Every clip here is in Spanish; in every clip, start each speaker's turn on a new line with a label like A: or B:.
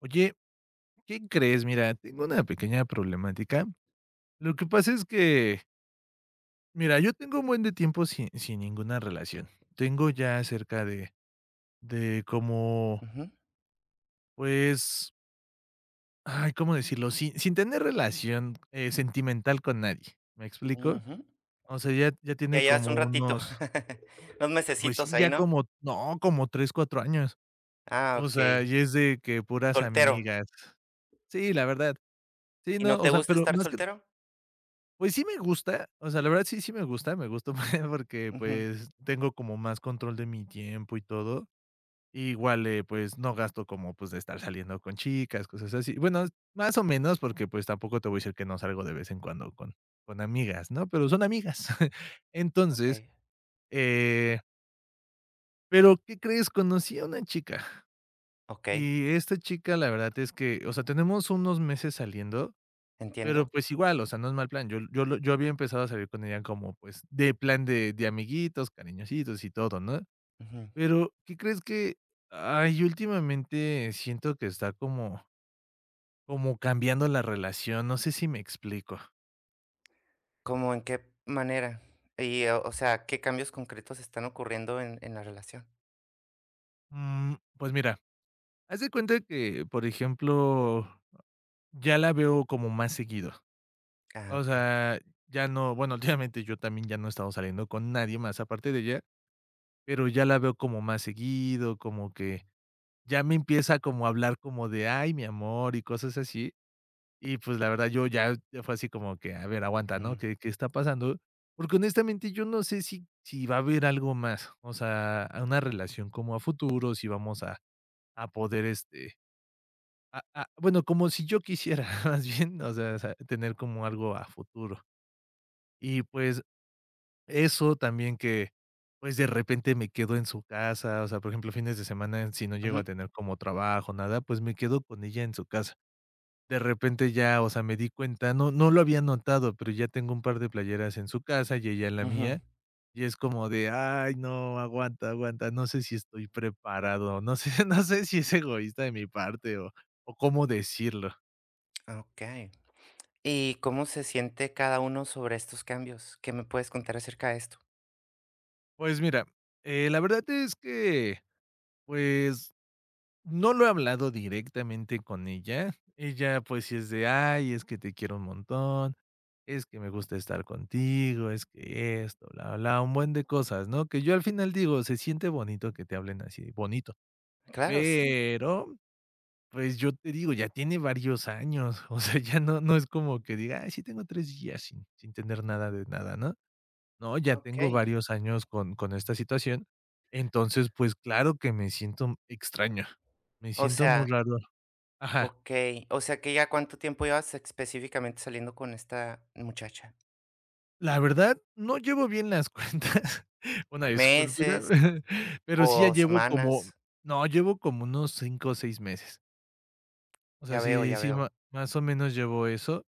A: Oye, ¿qué crees? Mira, tengo una pequeña problemática. Lo que pasa es que, mira, yo tengo un buen de tiempo sin ninguna relación. Tengo ya cerca de como,
B: Ujú,
A: pues, ay, ¿cómo decirlo? Sin tener relación sentimental con nadie. ¿Me explico?
B: ujú.
A: O sea, ya, ya
B: Ya
A: tiene
B: llevas un
A: como
B: ratito,
A: unos,
B: unos
A: pues
B: mesecitos
A: sí,
B: ahí,
A: ya
B: ¿no?
A: como, no, como 3, 4 años.
B: Ah,
A: O sea,
B: okey.
A: y es de que puras
B: Soltero,
A: amigas. Sí, la verdad. Sí,
B: ¿y
A: no,
B: no
A: o
B: te
A: sea,
B: gusta
A: pero
B: estar
A: más que
B: soltero?
A: pues sí me gusta, o sea, la verdad sí, sí me gusta porque,
B: Ujú.
A: pues, tengo como más control de mi tiempo y todo. Y Igual, pues, no gasto como, pues, de estar saliendo con chicas, cosas así. Bueno, más o menos, porque, pues, tampoco te voy a decir que no salgo de vez en cuando con amigas, ¿no? Pero son amigas. Entonces,
B: Okey,
A: eh, pero, ¿qué crees? Conocí a una chica,
B: okey,
A: y esta chica, la verdad es que, o sea, tenemos unos meses saliendo. Pero,
B: entiendo.
A: pues, igual, o sea, no es mal plan. Yo había empezado a salir con ella como, pues, de plan de amiguitos, cariñositos y todo, ¿no?
B: Ujú.
A: Pero, ¿qué crees que? Ay, últimamente siento que está como cambiando la relación, no sé si me explico.
B: ¿Cómo en qué manera? Y, o sea, ¿qué cambios concretos están ocurriendo en la relación?
A: Pues mira, haz de cuenta que, por ejemplo, ya la veo como más seguido.
B: Ah,
A: O
B: okey.
A: sea, ya no bueno, últimamente yo también ya no he estado saliendo con nadie más aparte de ella, pero ya la veo como más seguido, como que ya me empieza como a hablar como de: "Ay, mi amor", y cosas así. Y, pues, la verdad, yo ya fue así como que: "A ver, aguanta, ¿no?
B: Mm.
A: ¿Qué está pasando?". Porque, honestamente, yo no sé si va a haber algo más, o sea, a una relación como a futuro, si vamos a poder, a bueno, como si yo quisiera, más bien, o sea, sa tener como algo a futuro. Y, pues eso también que, pues, de repente me quedo en su casa, o sea, por ejemplo, fines de semana, si no llego a
B: Ujú,
A: tener como trabajo, nada, pues, me quedo con ella en su casa. De repente ya, o sea, me di cuenta, no lo había notado, pero ya tengo un par de playeras en su casa y ella en la
B: ujú.
A: mía, y es como de: "Ay, no, aguanta, aguanta, no sé si estoy preparado", no sé no sé si es egoísta de mi parte o cómo decirlo.
B: Ah, okey. ¿Y cómo se siente cada uno sobre estos cambios? ¿Qué me puedes contar acerca de esto?
A: Pues mira, la verdad es que, pues no lo he hablado directamente con ella. Ella, pues, sí es de: "Ay, es que te quiero un montón, es que me gusta estar contigo, es que esto, bla, bla", un buen de cosas, ¿no? Que yo al final digo, se siente bonito que te hablen así, bonito,
B: Claro, sí,
A: pero, pues, yo te digo, ya tiene varios años, o sea, ya no es como que diga: "Ay, sí tengo 3 días sin tener nada de nada", ¿no? No, ya tengo
B: okey.
A: varios años con esta situación, entonces, pues, claro que me siento extraño, me
B: O
A: siento muy
B: sea.
A: raro. Ajá.
B: Okey, o sea que ya, ¿cuánto tiempo llevas específicamente saliendo con esta muchacha?
A: La verdad, no llevo bien las cuentas, una disculpita,
B: ¿Meses
A: pero sí ya
B: o
A: llevo como
B: semanas?
A: no, llevo como unos 5 o 6 meses. O sea,
B: Ya veo,
A: sí
B: ya
A: sí, ma
B: veo.
A: más o menos llevo eso.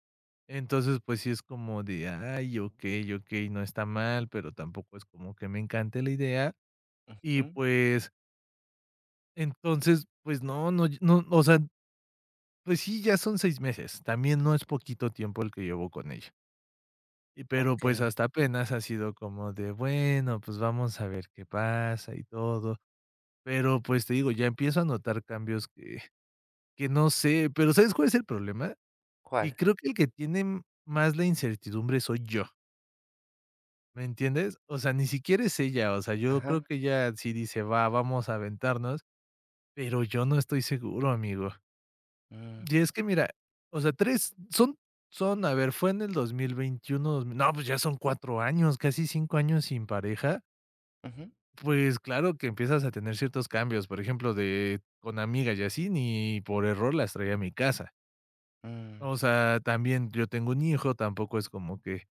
A: Entonces, pues sí es como de, ay, okey, okey, no está mal, pero tampoco es como que me encante la idea. Y
B: Ujú,
A: pues, entonces, pues no, no no, o sea, pues sí, ya son 6 meses. También no es poquito tiempo el que llevo con ella. Y pero, pues,
B: okey.
A: hasta apenas ha sido como de, bueno, pues, vamos a ver qué pasa y todo. Pero, pues, te digo, ya empiezo a notar cambios que no sé, pero, ¿sabes cuál es el problema? Que
B: ¿Cuál?
A: creo que el que tiene más la incertidumbre soy yo, ¿me entiendes? O sea, ni siquiera es ella, o sea, yo creo
B: Ajá.
A: que ella sí dice: "Va, vamos a aventarnos", pero yo no estoy seguro, amigo.
B: Mm,
A: Y es que mira, o sea, 3 son son, a ver, fue en el 2021, dos mil no, pues, ya son 4 años, casi 5 años sin pareja.
B: ujú,
A: Pues claro que empiezas a tener ciertos cambios, por ejemplo, de con amigas y así, ni por error las traía a mi casa.
B: mm,
A: O sea, también yo tengo un hijo, tampoco es como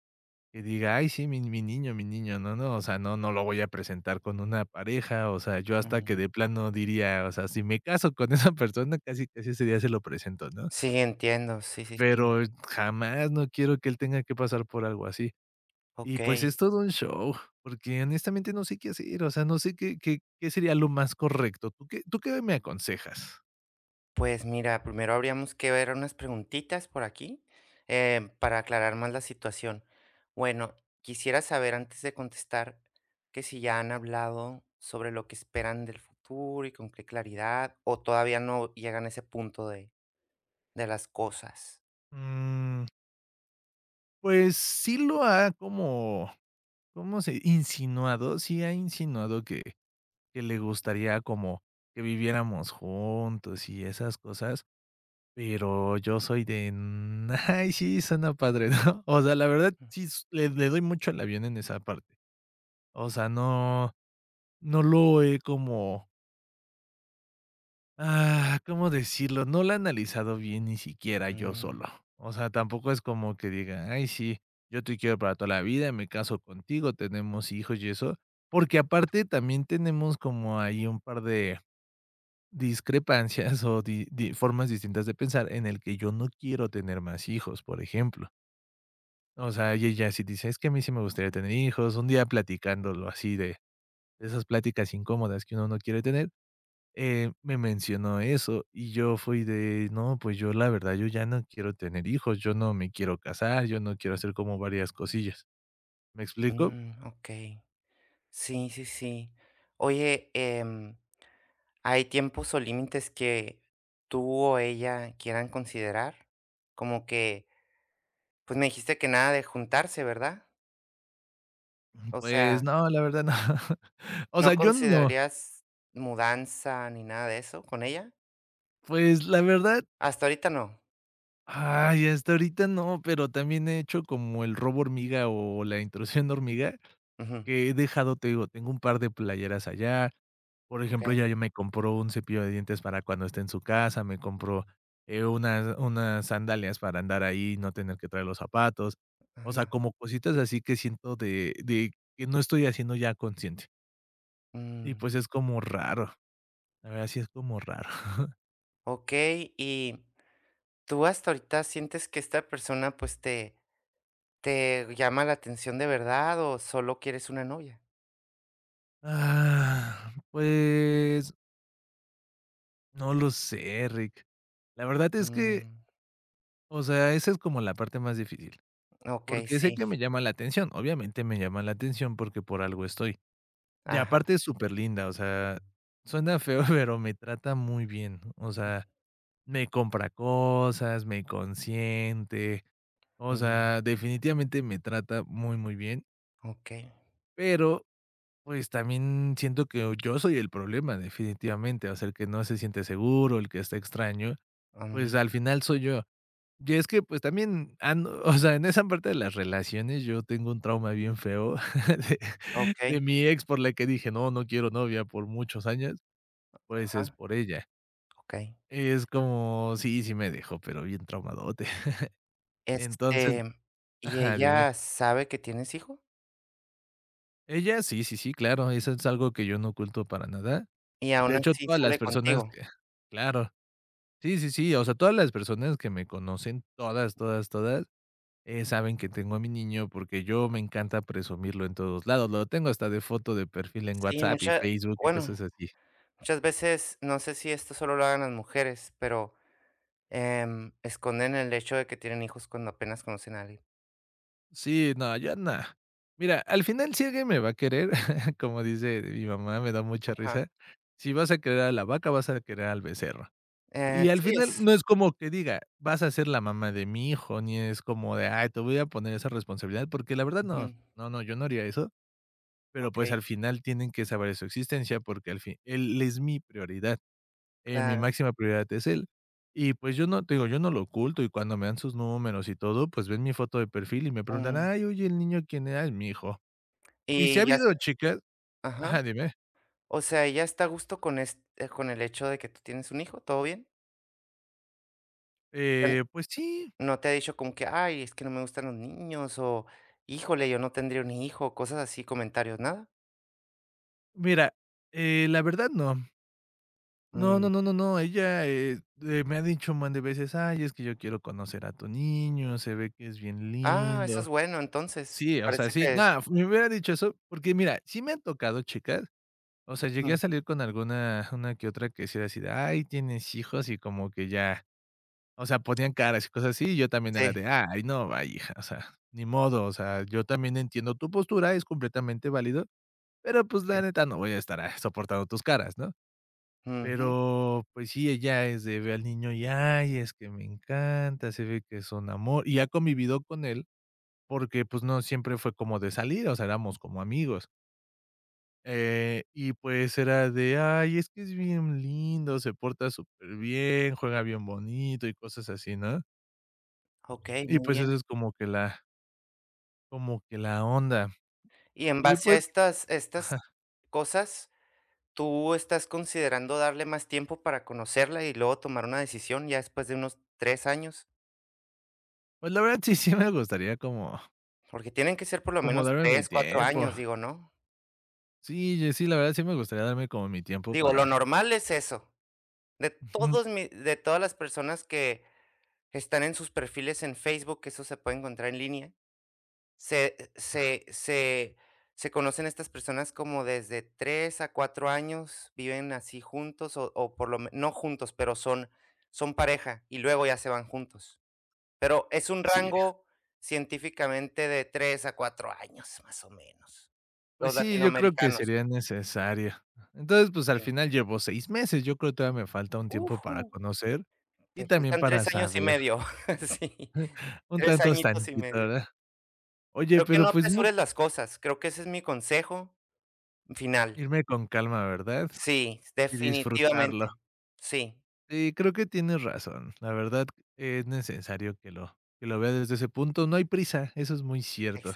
A: que diga: "Ay, sí, mi niño, mi niño", no, no, o sea, no lo voy a presentar con una pareja, o sea, yo hasta que
B: mm.
A: de plano diría, o sea, si me caso con esa persona, casi casi ese día se lo presento, ¿no?
B: Sí, entiendo, sí, sí, sí.
A: Pero jamás no quiero que él tenga que pasar por algo así. Y pues
B: Okey.
A: es todo un show, porque honestamente no sé qué hacer, o sea, no sé qué sería lo más correcto, ¿tú qué me aconsejas?
B: Pues mira, primero habríamos que ver unas preguntitas por aquí, para aclarar más la situación. Bueno, quisiera saber antes de contestar que si ya han hablado sobre lo que esperan del futuro y con qué claridad, o todavía no llegan a ese punto de, las cosas.
A: Mm, pues sí lo ha como, ¿cómo se? Insinuado, sí ha insinuado que le gustaría como que viviéramos juntos y esas cosas, pero yo soy de: "Mm, ay, sí, suena padre", ¿no? O sea, la verdad sí
B: Mm,
A: s le doy mucho al avión en esa parte. O sea, no no lo he como ah, ¿cómo decirlo? No la he analizado bien ni siquiera yo
B: mm,
A: solo. O sea, tampoco es como que diga, ay, sí, yo te quiero para toda la vida, me caso contigo, tenemos hijos y eso. Porque aparte también tenemos como ahí un par de discrepancias o formas distintas de pensar en el que yo no quiero tener más hijos, por ejemplo. O sea, y ella sí dice, es que a mí sí me gustaría tener hijos, un día platicándolo así de esas pláticas incómodas que uno no quiere tener me mencionó eso y yo fui de, no, pues yo la verdad, yo ya no quiero tener hijos, yo no me quiero casar, yo no quiero hacer como varias cosillas. ¿Me explico?
B: mm, ok. Sí, sí, sí. Oye, ¿hay tiempos o límites que tú o ella quieran considerar? Como que. Pues me dijiste que nada de juntarse, ¿verdad? O
A: Pues
B: sea,
A: no, la verdad no. O sea,
B: ¿no
A: yo no,
B: considerarías mudanza ni nada de eso con ella?
A: pues la verdad
B: Hasta ahorita no.
A: ay, hasta ahorita no, pero también he hecho como el robo hormiga o la intrusión hormiga,
B: Ujú,
A: que he dejado, te digo, tengo un par de playeras allá. Por ejemplo,
B: okey,
A: ya yo me compró un cepillo de dientes para cuando esté en su casa, me compró, unas sandalias para andar ahí, no tener que traer los zapatos. O sea,
B: ajá,
A: como cositas así que siento de que no estoy haciendo ya consciente. Y,
B: mm,
A: pues, es como raro, la verdad sí es como raro.
B: okey, y tú hasta ahorita sientes que esta persona, pues, te llama la atención de verdad o solo quieres una novia.
A: Ah, pues no lo sé, Rick. La verdad es que,
B: Mm,
A: o sea, esa es como la parte más difícil,
B: okey,
A: porque sé
B: sí,
A: que me llama la atención, obviamente me llama la atención porque por algo estoy. Y
B: ajá,
A: aparte es súper linda. O sea, suena feo, pero me trata muy bien, o sea, me compra cosas, me consiente, o
B: mm,
A: sea, definitivamente me trata muy, muy bien,
B: okey,
A: pero, pues, también siento que yo soy el problema, definitivamente, o sea, el que no se siente seguro, el que está extraño, pues,
B: mm,
A: al final soy yo. Y es que, pues, también ando o sea, en esa parte de las relaciones, yo tengo un trauma bien feo de
B: okey,
A: de mi ex, por la que dije: "No, no quiero novia por muchos años", pues, es
B: ajá,
A: por ella.
B: okey.
A: Es como sí, sí me dejó, pero bien traumadote. Entonces
B: Este, ¿Y
A: ajá, dime.
B: ella sabe que tienes hijos?
A: Ella sí, sí, sí, claro, eso es algo que yo no oculto para nada.
B: Y
A: De
B: aún
A: hecho,
B: así
A: todas las
B: sale
A: personas
B: contigo.
A: que claro. Sí, sí, sí, o sea, todas las personas que me conocen, todas, todas, todas, saben que tengo a mi niño porque yo me encanta presumirlo en todos lados. Lo tengo hasta de foto de perfil en
B: Sí,
A: WhatsApp y
B: mucha
A: Facebook y
B: bueno,
A: cosas así.
B: muchas veces, no sé si esto solo lo hagan las mujeres, pero, esconden el hecho de que tienen hijos cuando apenas conocen a alguien.
A: Sí, no, yo no. Mira, al final si alguien me va a querer, como dice mi mamá, me da mucha
B: Ajá.
A: risa. Si vas a querer a la vaca, vas a querer al becerro. Y al
B: Sí es.
A: final no es como que diga, vas a ser la mamá de mi hijo, ni es como de, ay, te voy a poner esa responsabilidad, porque la verdad no,
B: Ujú,
A: no, no, yo no haría eso. Pero pues
B: okey,
A: al final tienen que saber su existencia porque al fin, él es mi prioridad. Eh, mi
B: claro,
A: máxima prioridad es él. Y pues yo no, te digo, yo no lo oculto y cuando me dan sus números y todo, pues ven mi foto de perfil y me preguntan,
B: mm,
A: ay, oye, el niño quién era, es mi hijo. Y si ha
B: y ya
A: habido
B: está,
A: chicas
B: ajá.
A: ajá, dime.
B: O sea, ella está a gusto con el hecho de que tú tienes un hijo, ¿todo bien? O sea,
A: Pues sí,
B: no te ha dicho como que: "Ay, es que no me gustan los niños", o "Híjole, yo no tendría un hijo", cosas así, comentarios, ¿nada?
A: mira, la verdad no. No, no,
B: Mm.
A: no, no, no. Ella me ha dicho un montón de veces, ay, es que yo quiero conocer a tu niño, se ve que es bien
B: Ah, eso
A: lindo.
B: es bueno, entonces,
A: Sí, o sea,
B: parece
A: sí,
B: que.
A: nada, me hubiera dicho eso, porque mira, sí me han tocado chicas o sea, llegué a
B: Ujú,
A: salir con alguna una que otra que sí era así de: "Ay, ¿tienes hijos?", y como que ya, o sea, ponían caras y cosas así, y yo también era
B: sí,
A: de: "Ay, no, vaya, hija", o sea, ni modo, o sea, yo también entiendo tu postura, es completamente válido, pero, pues,
B: sí.
A: la neta, no voy a estar, soportando tus caras, ¿no?
B: Ujú,
A: Pero, pues sí, ella es de ve al niño y: "Ay, es que me encanta, se ve que es un amor", y ha convivido con él porque, pues, no siempre fue como de salir, o sea, éramos como amigos. Y pues era de: "Ay, es que es bien lindo, se porta súper bien juega bien bonito", y cosas así, ¿no?
B: okey,
A: Y
B: muy
A: pues
B: bien.
A: eso es como que la onda.
B: Y en
A: Y
B: base a
A: pues
B: estas cosas, ¿tú estás considerando darle más tiempo para conocerla y luego tomar una decisión ya después de unos 3 años?
A: pues la verdad sí, sí me gustaría como
B: Porque tienen que ser por lo
A: como
B: menos
A: darme mi
B: 3 4
A: tiempo.
B: años, digo, ¿no?
A: Sí, yo sí, la verdad sí me gustaría darme como mi tiempo
B: Digo, lo
A: para
B: normal es eso. De
A: ujú,
B: todos mi de todas las personas que están en sus perfiles en Facebook, eso se puede encontrar en línea. Se se se se conocen estas personas como desde 3 a 4 años, viven así juntos o por lo me no juntos, pero son pareja y luego ya se van juntos. Pero es un
A: sí.
B: rango científicamente de 3 a 4 años, más o menos.
A: Pues
B: Los
A: sí, yo creo que
B: latinoamericanos,
A: sería necesario. Entonces, pues al
B: sí.
A: final llevo 6 meses, yo creo que todavía me falta un tiempo
B: Ujú,
A: para conocer y
B: te
A: también
B: faltan
A: para
B: 3 años y
A: saber,
B: medio. Sí,
A: un
B: 3
A: tanto es
B: añitos y
A: tantito,
B: medio.
A: ¿verdad? Oye,
B: Creo que
A: pero
B: no
A: pues mucho
B: apresures las cosas, creo que ese es mi consejo final.
A: irme con calma, ¿verdad?
B: Sí,
A: Y disfrutarlo.
B: definitivamente. Sí,
A: Sí, creo que tienes razón. La verdad es necesario que lo vea desde ese punto. No hay prisa, eso es muy cierto.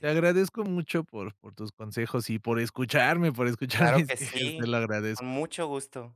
A: Te agradezco mucho por tus consejos y por escucharme, por escuchar
B: Claro
A: mis
B: que
A: quejas, te
B: sí,
A: lo
B: con
A: agradezco.
B: mucho gusto.